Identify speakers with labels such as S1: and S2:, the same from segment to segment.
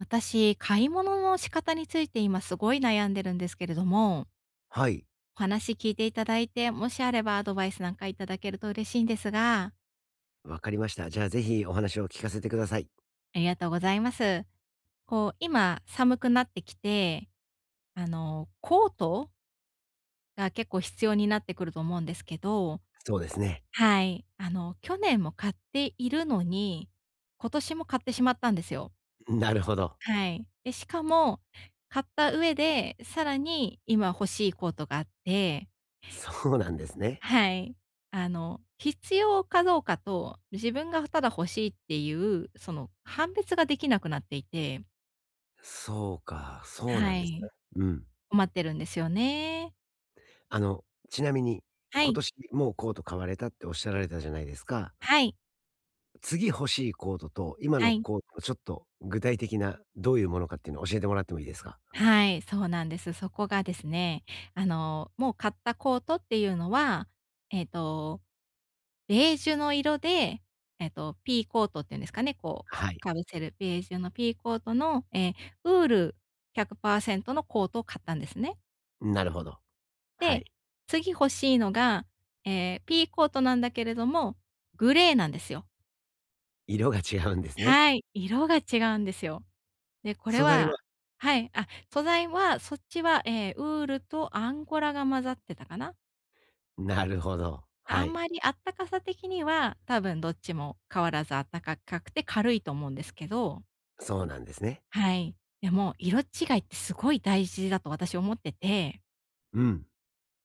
S1: 私、買い物の仕方について今すごい悩んでるんですけれども、
S2: はい、
S1: お話聞いていただいて、もしあればアドバイスなんかいただけると嬉しいんですが、
S2: わかりました。じゃあ、ぜひお話を聞かせてください。
S1: ありがとうございます。今寒くなってきて、コートが結構必要になってくると思うんですけど、
S2: そうですね。
S1: はい、去年も買っているのに、今年も買ってしまったんですよ。
S2: なるほど。
S1: はい。で、しかも、買った上で、さらに今欲しいコートがあって、
S2: そうなんですね。
S1: はい。必要かどうかと、自分がただ欲しいっていう、その判別ができなくなっていて、
S2: そうか、そうな
S1: は
S2: んです
S1: い。
S2: ね。うん。
S1: 困ってるんですよね。
S2: あの、ちなみに、
S1: は
S2: 今
S1: い。
S2: 年もうコート買われたっておっしゃられたじゃないですか。
S1: はい、
S2: 次欲しいコートと、今
S1: は
S2: の
S1: い、
S2: コートのちょっと具体的などういうものかっていうのを教えてもらってもいいですか？
S1: はい、そうなんです。そこがですね、もう買ったコートっていうのは、えっと、ベージュの色で、ピーコートっていうんですかね、
S2: はい、
S1: かぶせるベージュのピーコートの、ウール100%のコートを買ったんですね。
S2: なるほど。は
S1: で、
S2: い。
S1: 次欲しいのが、えピーコートなんだけれども、グレーなんですよ。
S2: 色が違うんですね。
S1: はい、色が違うんですよ。で、これ
S2: 素材
S1: は
S2: は
S1: はい、素材はそっちは、ウールとアンゴラが混ざってたかな。
S2: なるほど。は
S1: あん
S2: い、
S1: まりあったかさ的には、多分どっちも変わらずあったかくて軽いと思うんですけど、
S2: そうなんですね。
S1: はい。でも、色違いってすごい大事だと私思ってて、
S2: うん。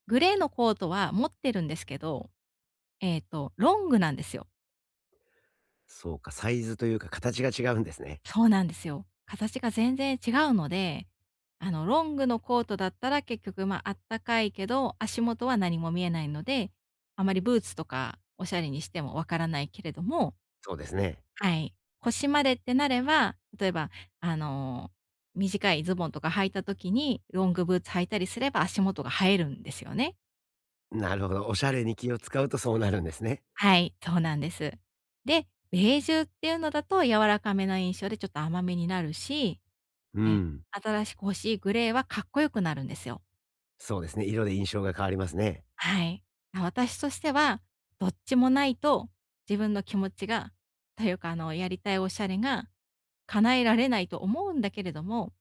S1: グレーのコートは持ってるんですけど、ロングなんですよ。
S2: そうか、サイズというか形が違うんですね。
S1: そうなんですよ。形が全然違うので、ロングのコートだったら結局、まあ、あったかいけど、足元は何も見えないので、あまりブーツとかおしゃれにしてもわからないけれども、
S2: そうですね。
S1: はい、腰までってなれば、例えば、あの、短いズボンとか履いた時に、ロングブーツ履いたりすれば足元が映えるんですよね。
S2: なるほど、おしゃれに気を使うとそうなるんですね。
S1: はい、そうなんです。で、ベージュっていうのだと柔らかめな印象でちょっと甘めになるし、
S2: う
S1: ええ、
S2: ん。
S1: 新しく欲しいグレーはかっこよくなるんですよ。
S2: そうですね、色で印象が変わりますね。
S1: はい。私としては、どっちもないと、自分の気持ちが、というか、やりたいおしゃれが叶えられないと思うんだけれども、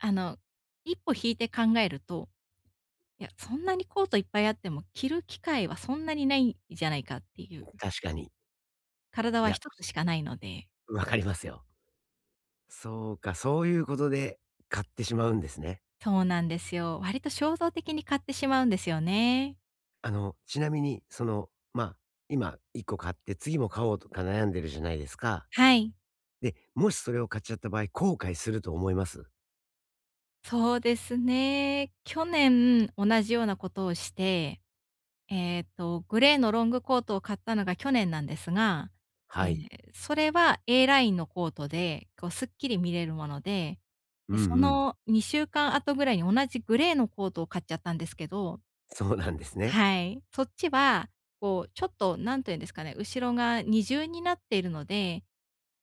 S1: あの、一歩引いて考えると、いや、そんなにコートいっぱいあっても着る機会はそんなにないじゃないかっていう。
S2: 確かに。
S1: 体
S2: い
S1: は
S2: や、
S1: 一つしかないので。
S2: わかりますよ。そうか、そういうことで買ってしまうんですね。
S1: そうなんですよ。割と衝動的に買ってしまうんですよね。
S2: あの、ちなみに、その、まあ、今1個買って次も買おうとか悩んでるじゃないですか。
S1: はい。
S2: で、もしそれを買っちゃった場合、後悔すると思います？
S1: そうですね。去年同じようなことをして、グレーのロングコートを買ったのが去年なんですが、
S2: は
S1: え
S2: い。
S1: ーそれは A ラインのコートで、こうすっきり見れるもので、
S2: うん
S1: で、そ
S2: うん。
S1: の2週間後ぐらいに同じグレーのコートを買っちゃったんですけど、
S2: そうなんですね。
S1: はい。そっちは、こうちょっと何て言うんですかね、後ろが二重になっているので、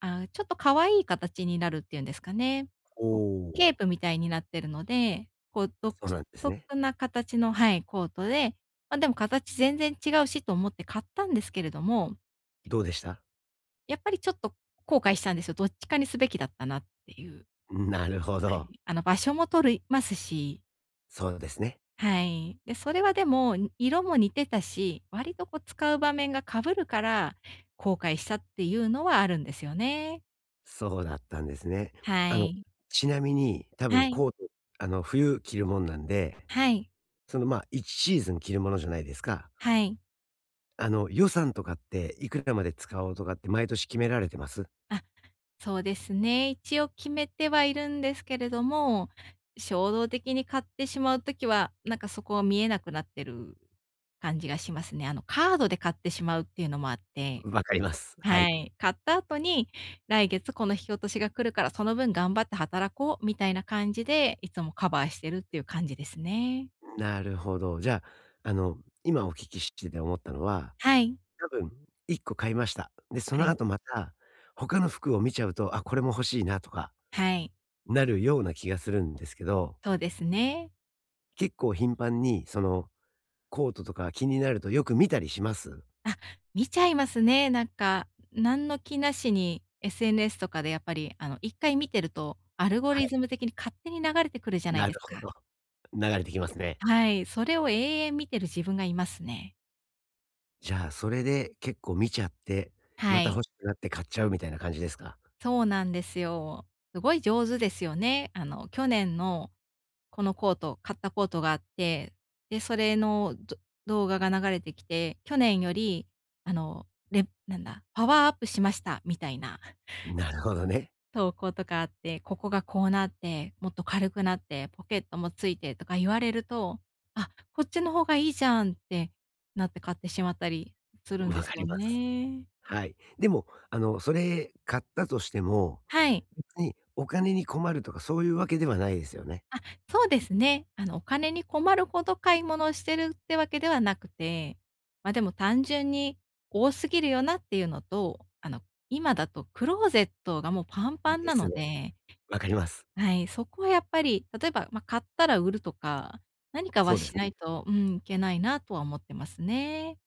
S1: ああ、ちょっと可愛い形になるっていうんですかね。
S2: お
S1: こう、ケ
S2: お、
S1: ープみたいになってるので、独
S2: そうなんです
S1: 特
S2: ね。
S1: な形のはい、コートで、ま、でも形全然違うしと思って買ったんですけれども、
S2: どうでした？
S1: やっぱりちょっと後悔したんですよ。どっちかにすべきだったなっていう。
S2: なるほ
S1: は
S2: ど。
S1: い。場所も取りますし、
S2: そうですね。
S1: はい。で、それはでも、色も似てたし、割とこう使う場面がかぶるから、後悔したっていうのはあるんですよね。
S2: そうだったんですね。
S1: は
S2: あの、
S1: い。
S2: ちなみに、多分
S1: はい。
S2: コート、あの、冬着るもんなんで、
S1: はい。
S2: その、まあ、1シーズン着るものじゃないですか。
S1: はい。
S2: あの、予算とかって、いくらまで使おうとかって毎年決められてます？
S1: あ、そうですね。一応決めてはいるんですけれども、衝動的に買ってしまうときは、なんかそこは見えなくなってる感じがしますね。カードで買ってしまうっていうのもあって、
S2: わかります。は
S1: は
S2: い。
S1: い。買った後に、来月この引き落としが来るから、その分頑張って働こうみたいな感じで、いつもカバーしてるっていう感じですね。
S2: なるほど。じゃあ、あの、今お聞きしてて思ったのは、
S1: はい。
S2: 多分1個買いました。で、そ
S1: は
S2: の
S1: い。
S2: 後また、他の服を見ちゃうと、あ、これも欲しいなとか、
S1: はい。
S2: なるような気がするんですけど
S1: そうですね。
S2: 結構頻繁に、その、コートとか気になるとよく見たりします？
S1: あ、見ちゃいますね。なんか、何の気なしに SNS とかでやっぱり、1回見てると、アルゴ
S2: は
S1: リ
S2: い、
S1: ズム的に勝手に流れてくるじゃない
S2: な
S1: で
S2: る
S1: す
S2: ほ
S1: か。
S2: ど。流れてきますね。
S1: はい、それを永遠見てる自分がいますね。
S2: じゃあ、それで結構見ちゃって、ま
S1: は
S2: た
S1: い、
S2: 欲しくなって買っちゃうみたいな感じですか？
S1: そうなんですよ。すごい上手ですよね。去年のこのコート、買ったコートがあって、で、それの動画が流れてきて、去年より、あの、レなんだ、パワーアップしましたみたいな。
S2: なるほどね。
S1: 投稿とかあって、ここがこうなって、もっと軽くなって、ポケットもついてとか言われると、あ、こっちの方がいいじゃんってなって買ってしまったりするん
S2: わ
S1: です
S2: かり
S1: よ
S2: ます。
S1: ね。
S2: はい。でも、あの、それ買ったとしても、
S1: はい。
S2: 別にお金に困るとかそういうわけではないですよね？
S1: あ、そうですね。お金に困るほど買い物をしてるってわけではなくて、ま、でも単純に多すぎるよなっていうのと、今だとクローゼットがもうパンパン
S2: で
S1: な
S2: す
S1: の
S2: ね。
S1: で、
S2: わかります。
S1: はい、そこはやっぱり、例えば、ま、買ったら売るとか、何かは
S2: そうで
S1: し
S2: す
S1: な
S2: ね。
S1: いと、うん、いけないなとは思ってますね。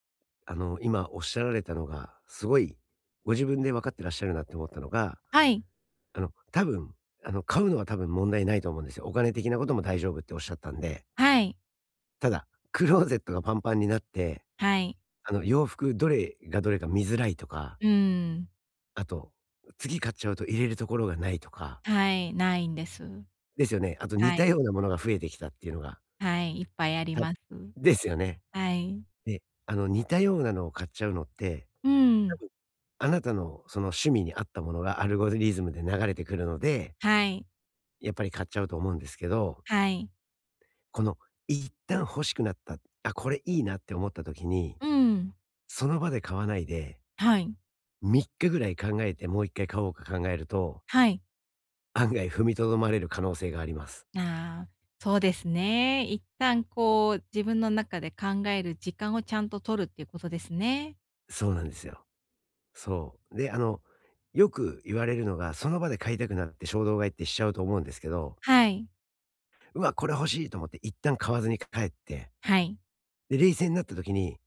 S2: あの、今おっしゃられたのが、すごいご自分で分かってらっしゃるなって思ったのが、
S1: はい、
S2: あの、多分、あの、買うのは多分問題ないと思うんですよ。お金的なことも大丈夫っておっしゃったんで。
S1: はい、
S2: ただ、クローゼットがパンパンになって、
S1: はい。
S2: あの、洋服どれがどれか見づらいとか、
S1: うん。
S2: あと、次買っちゃうと入れるところがないとか、
S1: はい、ないんです。
S2: ですよね。あと似
S1: は
S2: た
S1: い、
S2: ようなものが増えてきたっていうのが、
S1: はい、いっぱいあり
S2: た
S1: ます。
S2: ですよね。
S1: はい。
S2: で、あの、似たようなのを買っちゃうのって
S1: う
S2: 多
S1: ん。
S2: 分、あなたのその趣味に合ったものがアルゴリズムで流れてくるので、
S1: はい、
S2: やっぱり買っちゃうと思うんですけど、
S1: はい。
S2: この一旦欲しくなった、あ、これいいなって思った時に、
S1: うん。
S2: その場で買わないで、
S1: はい、
S2: 3日ぐらい考えてもう1回買おうか考えると、
S1: はい。
S2: 案外踏みとどまれる可能性があります。
S1: ああ、そうですね。一旦こう、自分の中で考える時間をちゃんと取るっていうことですね。
S2: そうなんですよ。そう。で、あの、よく言われるのが、その場で買いたくなって衝動買いってしちゃうと思うんですけど、
S1: はい、
S2: うわ、これ欲しいと思って一旦買わずに帰って、
S1: はい。
S2: で、冷静になった時に、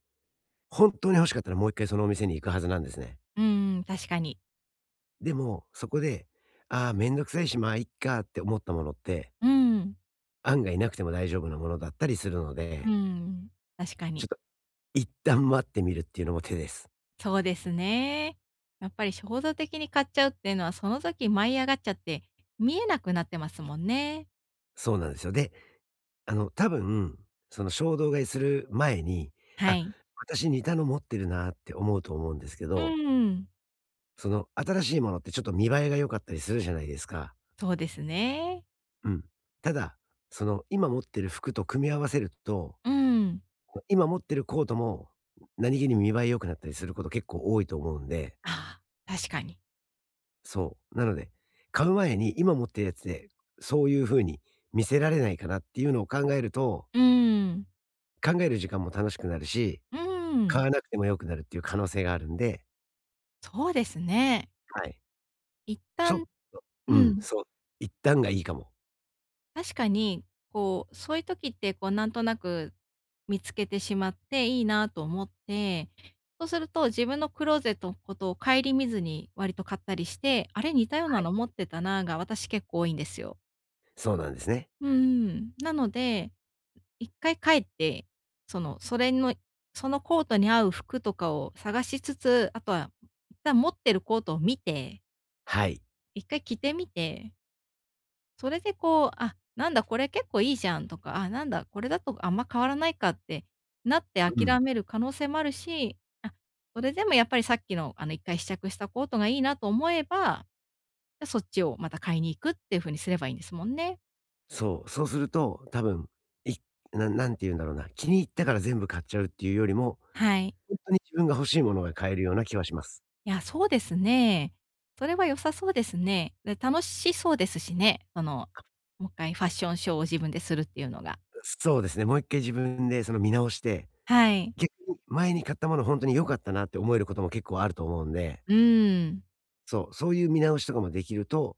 S2: 本当に欲しかったらもう一回そのお店に行くはずなんですね。
S1: うん、確かに。
S2: でも、そこで、ああ、めんどくさいし、まあ、いっかって思ったものって、
S1: うん。
S2: 案外なくても大丈夫なものだったりするの
S1: う
S2: で、
S1: ん、確か
S2: ちょっ
S1: に。
S2: と一旦待ってみるっていうのも手です。
S1: そうですね。やっぱり衝動的に買っちゃうっていうのは、その時舞い上がっちゃって、見えなくなってますもんね。
S2: そうなんですよ。で、あの、多分、その衝動買いする前に、
S1: は
S2: あ、
S1: い。
S2: 私似たの持ってるなって思うと思うんですけ
S1: う
S2: ど、
S1: ん、
S2: その新しいものってちょっと見栄えが良かったりするじゃないですか。
S1: そうですね。
S2: うん。ただ、その今持ってる服と組み合わせると、
S1: うん。
S2: 今持ってるコートも、何気に見栄え良くなったりすること結構多いと思うんで、
S1: ああ、確かに。
S2: そう。なので、買う前に今持ってるやつで、そういう風に見せられないかなっていうのを考えると、
S1: うん、
S2: 考える時間も楽しくなるし、
S1: う
S2: 買
S1: ん、
S2: わなくても良くなるっていう可能性があるんで、
S1: そうですね。
S2: はい。
S1: 一
S2: ちょ
S1: 旦、う
S2: うん、
S1: ん。
S2: そう。一旦がいいかも。
S1: 確かに、そういう時って、なんとなく見つけてしまって、いいなと思って、そうすると自分のクローゼットのことを顧みずに割と買ったりして、あれ似たよう
S2: は
S1: な
S2: い。
S1: の持ってたなが私結構多いんですよ。
S2: そうなんですね。
S1: うん、なので、一回帰って、その、それの、そのコートに合う服とかを探しつつ、あとは、一旦持ってるコートを見て、
S2: はい。
S1: 一回着てみて、それでこう、あ、なんだこれ結構いいじゃんとか、あ、なんだこれだとあんま変わらないかってなって
S2: うん。
S1: 諦める可能性もあるし、あ、それでもやっぱりさっきのあの1回試着したコートがいいなと思えば、じゃそっちをまた買いに行くっていう風にすればいいんですもんね。
S2: そう。そうすると、多分、いなんて言うんだろうな、気に入ったから全部買っちゃうっていうよりも、
S1: はい。
S2: ほんとに自分が欲しいものが買えるような気はします。
S1: いや、そうですね。それは良さそうですね。で、楽しそうですしね。その、もう一回ファッションショーを自分でするっていうのが。
S2: そうですね、もう一回自分でその見直して、
S1: はい。
S2: 逆に前に買ったもの本当に良かったなって思えることも結構あると思うんで、
S1: うーん。
S2: そう、そういう見直しとかもできると、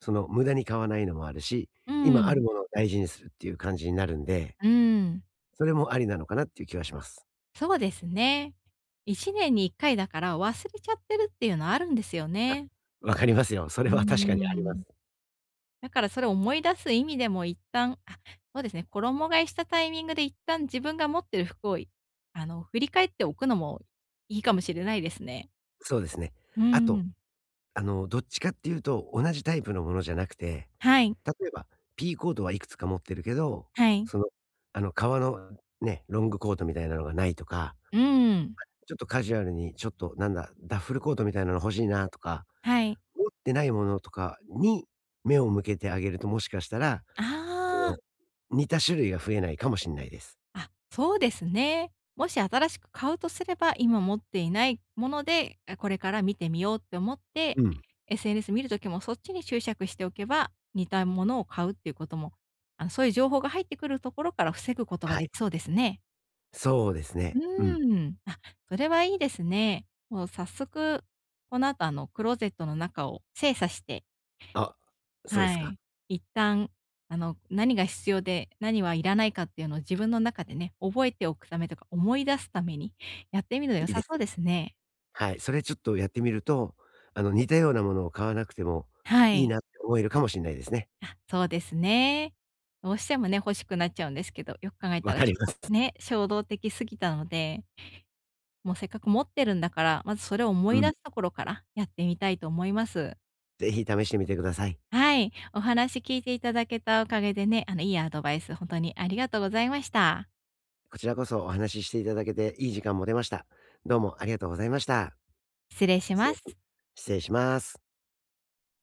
S2: その無駄に買わないのもあるし、
S1: う
S2: 今ある
S1: ん。
S2: ものを大事にするっていう感じになるんで、
S1: うん。
S2: それもありなのかなっていう気はします。
S1: そうですね。1年に1回だから忘れちゃってるっていうのはあるんですよ
S2: あ、
S1: ね。
S2: わかりますよ。それ
S1: うー
S2: は確かにありま
S1: ん。
S2: す。
S1: だからそれを思い出す意味でも一旦、あ、そうですね、衣替えしたタイミングで一旦自分が持ってる服を、振り返っておくのもいいかもしれないですね。
S2: そうですね。
S1: うー
S2: あと、
S1: ん。
S2: あの、どっちかっていうと同じタイプのものじゃなくて、
S1: はい、
S2: 例えば P コートはいくつか持ってるけど、
S1: はい。
S2: その、あの、革のね、ロングコートみたいなのがないとか
S1: うーん、
S2: ちょっとカジュアルに、ちょっとなんだ、ダッフルコートみたいなの欲しいなとか、
S1: はい。
S2: 持ってないものとかに目を向けてあげると、もしかしたら、そ
S1: ああ。
S2: の、似た種類が増えないかもしんないです。
S1: あ、そうですね。もし新しく買うとすれば、今持っていないもので、あ、これから見てみようって思って、
S2: うん。
S1: SNS 見るときもそっちに注釈しておけば、似たものを買うっていうことも、そういう情報が入ってくるところから防ぐことが
S2: は
S1: で
S2: い。
S1: きそうですね。
S2: そうです
S1: う
S2: ね。うん。
S1: ーん、あ、それはいいですね。もう早速、この後、クローゼットの中を精査して、
S2: あ、そうで
S1: は
S2: すか。
S1: い。一旦、何が必要で、何はいらないかっていうのを自分の中でね、覚えておくためとか、思い出すために やってみるの
S2: い
S1: 良
S2: いで
S1: さ
S2: す。
S1: そうですね。
S2: はい。それちょっとやってみると、あの、似たようなものを買わなくても
S1: は
S2: いい
S1: い。
S2: なって思えるかもしんないですね。
S1: あ、そうですね。どうしてもね、欲しくなっちゃうんですけど、よく考え
S2: わ
S1: たら、
S2: か
S1: し
S2: りま
S1: ょ
S2: す。
S1: ね、衝動的すぎたので、もうせっかく持ってるんだから、まずそれを思
S2: う
S1: い
S2: ん。
S1: 出すところからやってみたいと思います。
S2: ぜひ試してみてください。
S1: はい。お話聞いていただけたおかげでね、いいアドバイス、本当にありがとうございました。
S2: こちらこそお話ししていただけていい時間も出ました。どうもありがとうございました。
S1: 失礼し
S2: 失
S1: ま
S2: 礼し
S1: す。
S2: 失礼します。